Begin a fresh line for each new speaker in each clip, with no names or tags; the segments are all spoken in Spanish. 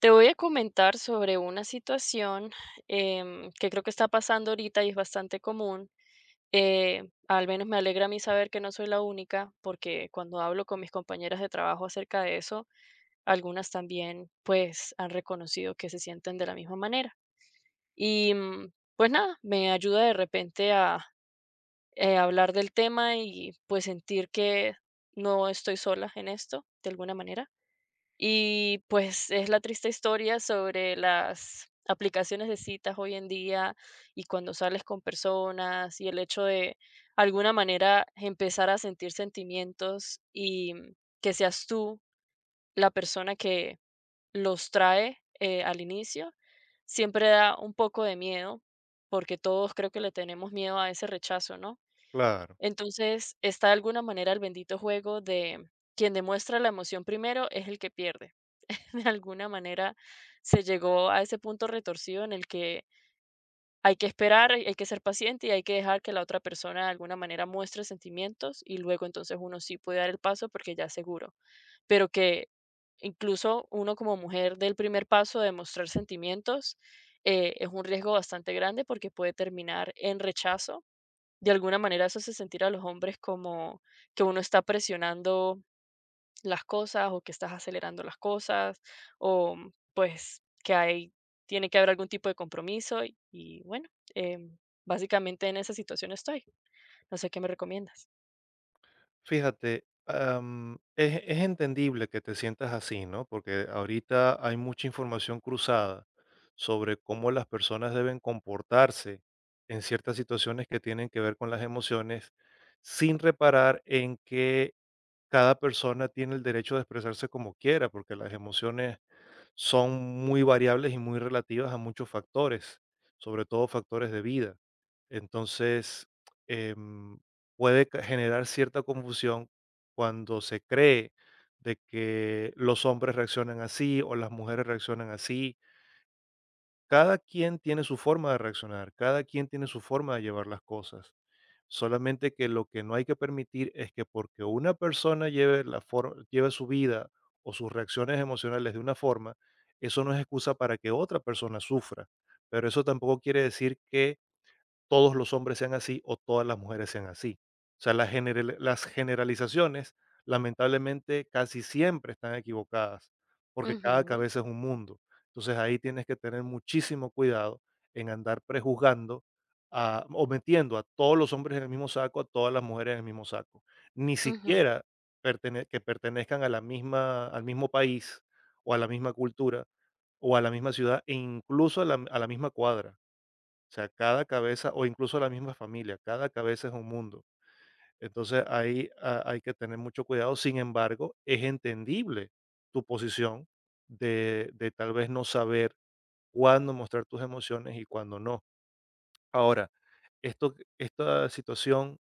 Te voy a comentar sobre una situación que creo que está pasando ahorita y es bastante común. Al menos me alegra a mí saber que no soy la única, porque cuando hablo con mis compañeras de trabajo acerca de eso, algunas también pues han reconocido que se sienten de la misma manera. Pues nada, me ayuda de repente a hablar del tema y pues sentir que no estoy sola en esto de alguna manera. Y pues es la triste historia sobre las aplicaciones de citas hoy en día y cuando sales con personas y el hecho de alguna manera empezar a sentir sentimientos y, que seas tú la persona que los trae al inicio, siempre da un poco de miedo porque todos creo que le tenemos miedo a ese rechazo, ¿no?
Claro.
Entonces está de alguna manera el bendito juego de quien demuestra la emoción primero es el que pierde. De alguna manera se llegó a ese punto retorcido en el que hay que esperar, hay que ser paciente y hay que dejar que la otra persona de alguna manera muestre sentimientos y luego entonces uno sí puede dar el paso porque ya es seguro, pero que incluso uno como mujer del primer paso de mostrar sentimientos, es un riesgo bastante grande porque puede terminar en rechazo. De alguna manera eso hace sentir a los hombres como que uno está presionando las cosas o que estás acelerando las cosas o, pues que hay, tiene que haber algún tipo de compromiso y, bueno, em, básicamente en esa situación estoy. No sé qué me recomiendas.
Fíjate, es entendible que te sientas así, ¿no? Porque ahorita hay mucha información cruzada sobre cómo las personas deben comportarse en ciertas situaciones que tienen que ver con las emociones, sin reparar en que cada persona tiene el derecho de expresarse como quiera, porque las emociones son muy variables y muy relativas a muchos factores, sobre todo factores de vida. Entonces, em, puede generar cierta confusión cuando se cree de que los hombres reaccionan así o las mujeres reaccionan así, cada quien tiene su forma de reaccionar, cada quien tiene su forma de llevar las cosas. Solamente que lo que no hay que permitir es que porque una persona lleve, lleve su vida o sus reacciones emocionales de una forma, eso no es excusa para que otra persona sufra. Pero eso tampoco quiere decir que todos los hombres sean así o todas las mujeres sean así. O sea, las generalizaciones lamentablemente casi siempre están equivocadas porque cada
Ujú,
cabeza es un mundo. Entonces ahí tienes que tener muchísimo cuidado en andar prejuzgando o metiendo a todos los hombres en el mismo saco, a todas las mujeres en el mismo saco. Ni
ujú.
siquiera que pertenezcan a al mismo país o a la misma cultura o a la misma ciudad e incluso a a la misma cuadra. O sea, cada cabeza, o incluso la misma familia, cada cabeza es un mundo. Entonces ahí hay que tener mucho cuidado. Sin embargo, es entendible tu posición de tal vez no saber cuándo mostrar tus emociones y cuándo no. Ahora, esta situación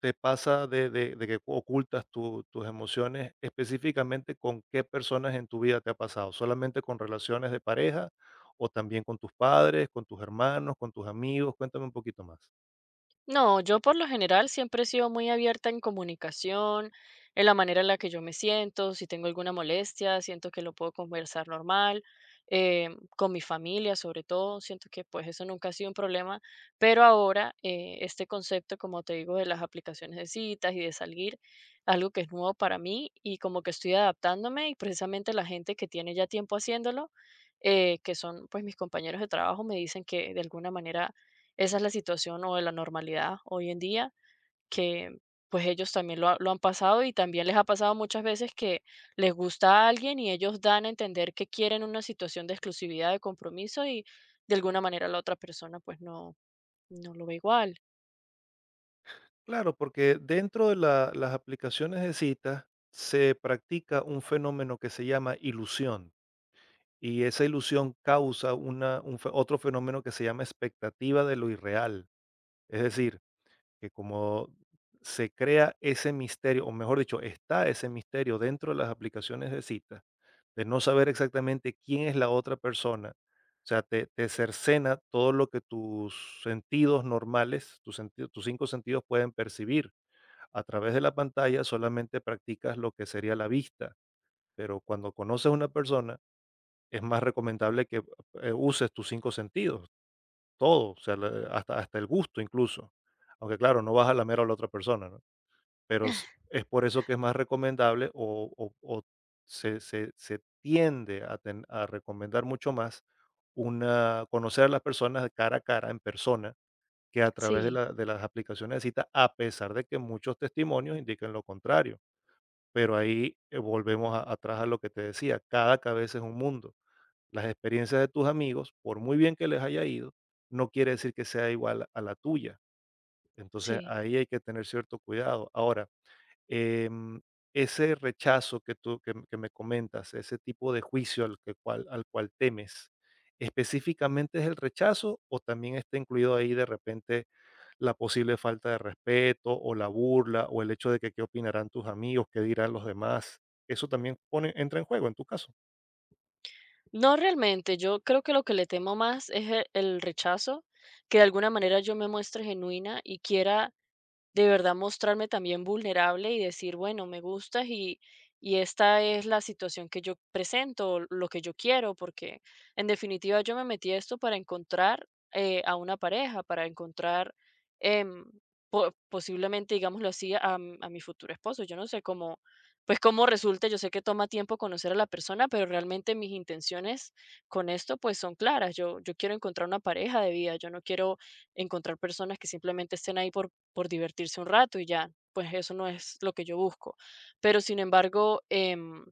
te pasa de que ocultas tus emociones, específicamente con qué personas en tu vida te ha pasado, solamente con relaciones de pareja o también con tus padres, con tus hermanos, con tus amigos. Cuéntame un poquito más.
No, yo por lo general siempre he sido muy abierta en comunicación, en la manera en la que yo me siento. Si tengo alguna molestia, siento que lo puedo conversar normal, eh, con mi familia sobre todo, siento que pues eso nunca ha sido un problema, pero ahora, este concepto, como te digo, de las aplicaciones de citas y de salir, algo que es nuevo para mí y como que estoy adaptándome. Y precisamente la gente que tiene ya tiempo haciéndolo, que son pues mis compañeros de trabajo, me dicen que de alguna manera esa es la situación o de la normalidad hoy en día, que pues ellos también lo han pasado y también les ha pasado muchas veces que les gusta a alguien y ellos dan a entender que quieren una situación de exclusividad, de compromiso, y de alguna manera la otra persona pues no, no lo ve igual.
Claro, porque dentro de las aplicaciones de citas se practica un fenómeno que se llama ilusión, y esa ilusión causa otro fenómeno que se llama expectativa de lo irreal. Es decir, que como se crea ese misterio, o mejor dicho, está ese misterio dentro de las aplicaciones de citas, de no saber exactamente quién es la otra persona. O sea, te cercena todo lo que tus sentidos normales, tus cinco sentidos pueden percibir. A través de la pantalla solamente practicas lo que sería la vista, pero cuando conoces a una persona es más recomendable que uses tus cinco sentidos, todo, o sea, hasta, hasta el gusto incluso. Aunque claro, no vas a lamer a la otra persona, ¿no? Pero es por eso que es más recomendable o, o se, se tiende a, a recomendar mucho más conocer a las personas cara a cara, en persona, que a través de,
Sí,
de las aplicaciones de cita, a pesar de que muchos testimonios indiquen lo contrario. Pero ahí, volvemos a atrás a lo que te decía, cada cabeza es un mundo. Las experiencias de tus amigos, por muy bien que les haya ido, no quiere decir que sea igual a la tuya. Entonces,
sí.
ahí hay que tener cierto cuidado. Ahora, em, ese rechazo que que me comentas, ese tipo de juicio al cual temes, ¿específicamente es el rechazo o también está incluido ahí de repente la posible falta de respeto o la burla o el hecho de que qué opinarán tus amigos, qué dirán los demás? Eso también pone, entra en juego en tu caso.
No realmente, yo creo que lo que le temo más es el rechazo, que de alguna manera yo me muestre genuina y quiera de verdad mostrarme también vulnerable y decir, bueno, me gustas, y esta es la situación que yo presento, lo que yo quiero, porque en definitiva yo me metí a esto para encontrar, a una pareja, para encontrar, em, posiblemente, digámoslo así, a, a mi futuro esposo. Yo no sé cómo, pues cómo resulta. Yo sé que toma tiempo conocer a la persona, pero realmente mis intenciones con esto pues son claras. Yo quiero encontrar una pareja de vida, yo no quiero encontrar personas que simplemente estén ahí por divertirse un rato y ya, pues eso no es lo que yo busco. Pero sin embargo,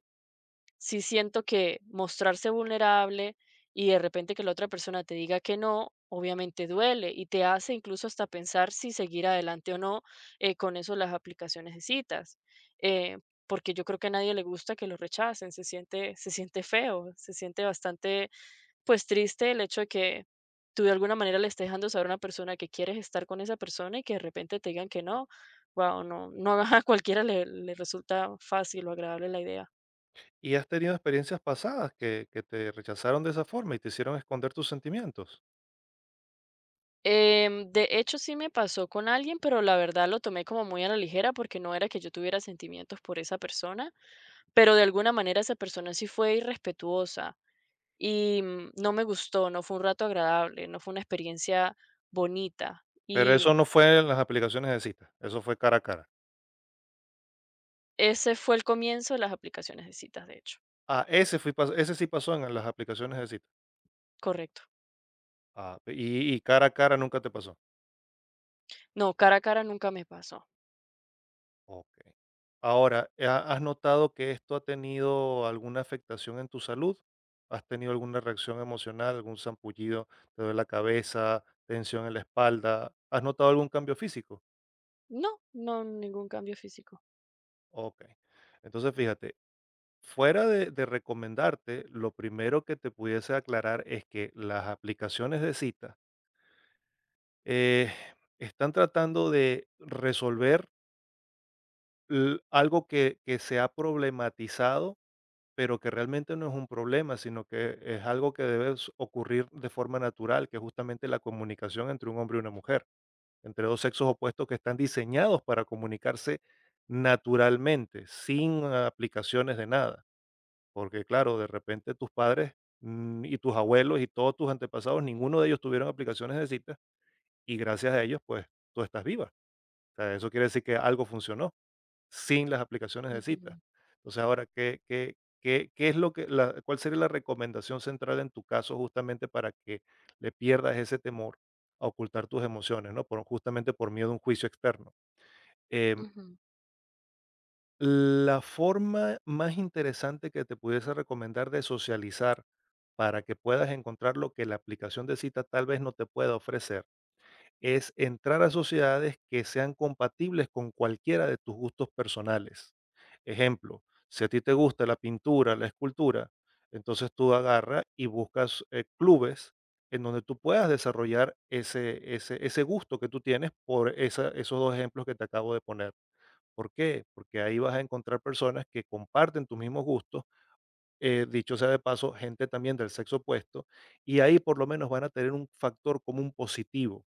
sí siento que mostrarse vulnerable y de repente que la otra persona te diga que no, obviamente duele y te hace incluso hasta pensar si seguir adelante o no, con eso, las aplicaciones de citas. Eh, Porque yo creo que a nadie le gusta que lo rechacen, se siente feo, se siente bastante, pues, triste el hecho de que tú de alguna manera le estés dejando saber a una persona que quieres estar con esa persona y que de repente te digan que no. Guau, no, a cualquiera le resulta fácil o agradable la idea.
¿Y has tenido experiencias pasadas que te rechazaron de esa forma y te hicieron esconder tus sentimientos?
De hecho, sí me pasó con alguien, pero la verdad lo tomé como muy a la ligera, porque no era que yo tuviera sentimientos por esa persona, pero de alguna manera esa persona sí fue irrespetuosa y, no me gustó, no fue un rato agradable, no fue una experiencia bonita,
Pero eso
y
no fue en las aplicaciones de cita, eso fue cara a cara.
ese fue el comienzo de las aplicaciones de citas, de hecho.
Ah, ese sí pasó en las aplicaciones de cita.
Correcto.
Ah, y cara a cara nunca te pasó.
No, cara a cara nunca me pasó.
Okey. Ahora, ¿ha has notado que esto ha tenido alguna afectación en tu salud? ¿Has tenido alguna reacción emocional, algún sarpullido, te duele la cabeza, tensión en la espalda? ¿Has notado algún cambio físico?
No, no, ningún cambio físico.
Okey. Entonces, fíjate, fuera de recomendarte, lo primero que te pudiese aclarar es que las aplicaciones de cita, eh, están tratando de resolver l algo que se ha problematizado pero que realmente no es un problema, sino que es algo que debe ocurrir de forma natural, que es justamente la comunicación entre un hombre y una mujer, entre dos sexos opuestos que están diseñados para comunicarse naturalmente, sin aplicaciones de nada. Porque claro, de repente tus padres y tus abuelos y todos tus antepasados, ninguno de ellos tuvieron aplicaciones de cita, y gracias a ellos, pues tú estás viva. O sea, eso quiere decir que algo funcionó sin las aplicaciones de
Ujú,
citas. Entonces, ahora, ¿qué, qué, qué, qué es lo que, cuál sería la recomendación central en tu caso justamente para que le pierdas ese temor a ocultar tus emociones, ¿no? Por, justamente por miedo a un juicio externo? Em,
ujú.
la forma más interesante que te pudiese recomendar de socializar para que puedas encontrar lo que la aplicación de cita tal vez no te pueda ofrecer es entrar a sociedades que sean compatibles con cualquiera de tus gustos personales. Ejemplo, si a ti te gusta la pintura, la escultura, entonces tú agarras y buscas clubes en donde tú puedas desarrollar ese gusto que tú tienes por esos dos ejemplos que te acabo de poner. ¿Por qué? Porque ahí vas a encontrar personas que comparten tus mismos gustos, dicho sea de paso, gente también del sexo opuesto, y ahí por lo menos van a tener un factor común positivo.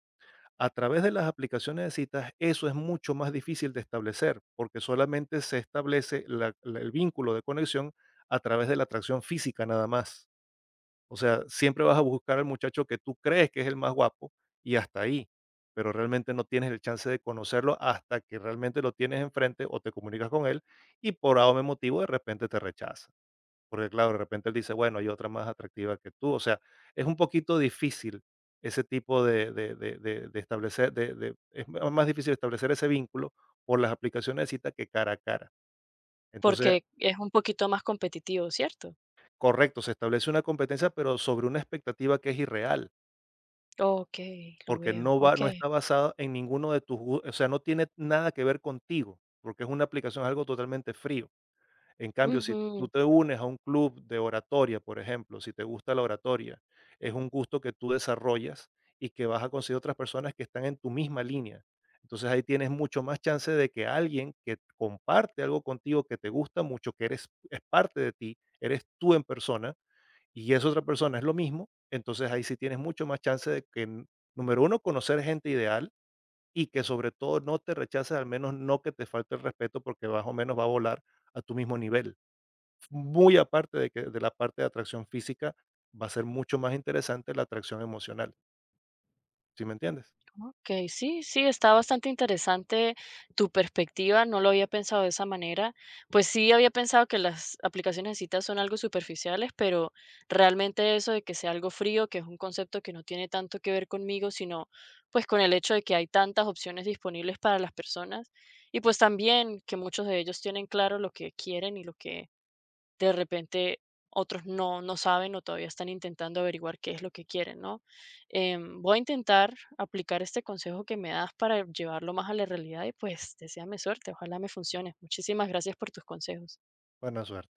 A través de las aplicaciones de citas, eso es mucho más difícil de establecer, porque solamente se establece el vínculo de conexión a través de la atracción física nada más. O sea, siempre vas a buscar al muchacho que tú crees que es el más guapo y hasta ahí, pero realmente no tienes el chance de conocerlo hasta que realmente lo tienes enfrente o te comunicas con él y por algún motivo de repente te rechaza. Porque claro, de repente él dice, bueno, hay otra más atractiva que tú. O sea, es un poquito difícil ese tipo de establecer, es más difícil establecer ese vínculo por las aplicaciones de cita que cara a cara. Entonces,
¿Porque es un poquito más competitivo, cierto?
correcto, se establece una competencia, pero sobre una expectativa que es irreal,
Okey, lo
porque
veo,
no va, no
okey.
está basada en ninguno de o sea, no tiene nada que ver contigo, porque es una aplicación, es algo totalmente frío. En cambio, si tú
Ujú.
te unes a un club de oratoria, por ejemplo, si te gusta la oratoria, es un gusto que tú desarrollas y que vas a conseguir otras personas que están en tu misma línea. Entonces ahí tienes mucho más chance de que alguien que comparte algo contigo que te gusta mucho, que eres es parte de ti, eres tú en persona, y esa otra persona es lo mismo, entonces ahí sí tienes mucho más chance de que, número uno, conocer gente ideal y que sobre todo no te rechaces, al menos no que te falte el respeto porque más o menos va a volar a tu mismo nivel. Muy aparte de que de la parte de atracción física, va a ser mucho más interesante la atracción emocional, ¿sí me entiendes?
Ok, sí, sí, está bastante interesante tu perspectiva, no lo había pensado de esa manera. Pues sí, había pensado que las aplicaciones de citas son algo superficiales, pero realmente eso de que sea algo frío, que es un concepto que no tiene tanto que ver conmigo, sino pues con el hecho de que hay tantas opciones disponibles para las personas y pues también que muchos de ellos tienen claro lo que quieren y lo que de repente otros no, no saben o todavía están intentando averiguar qué es lo que quieren, ¿no? Voy a intentar aplicar este consejo que me das para llevarlo más a la realidad y pues deséame suerte, ojalá me funcione. Muchísimas gracias por tus consejos.
Buena suerte.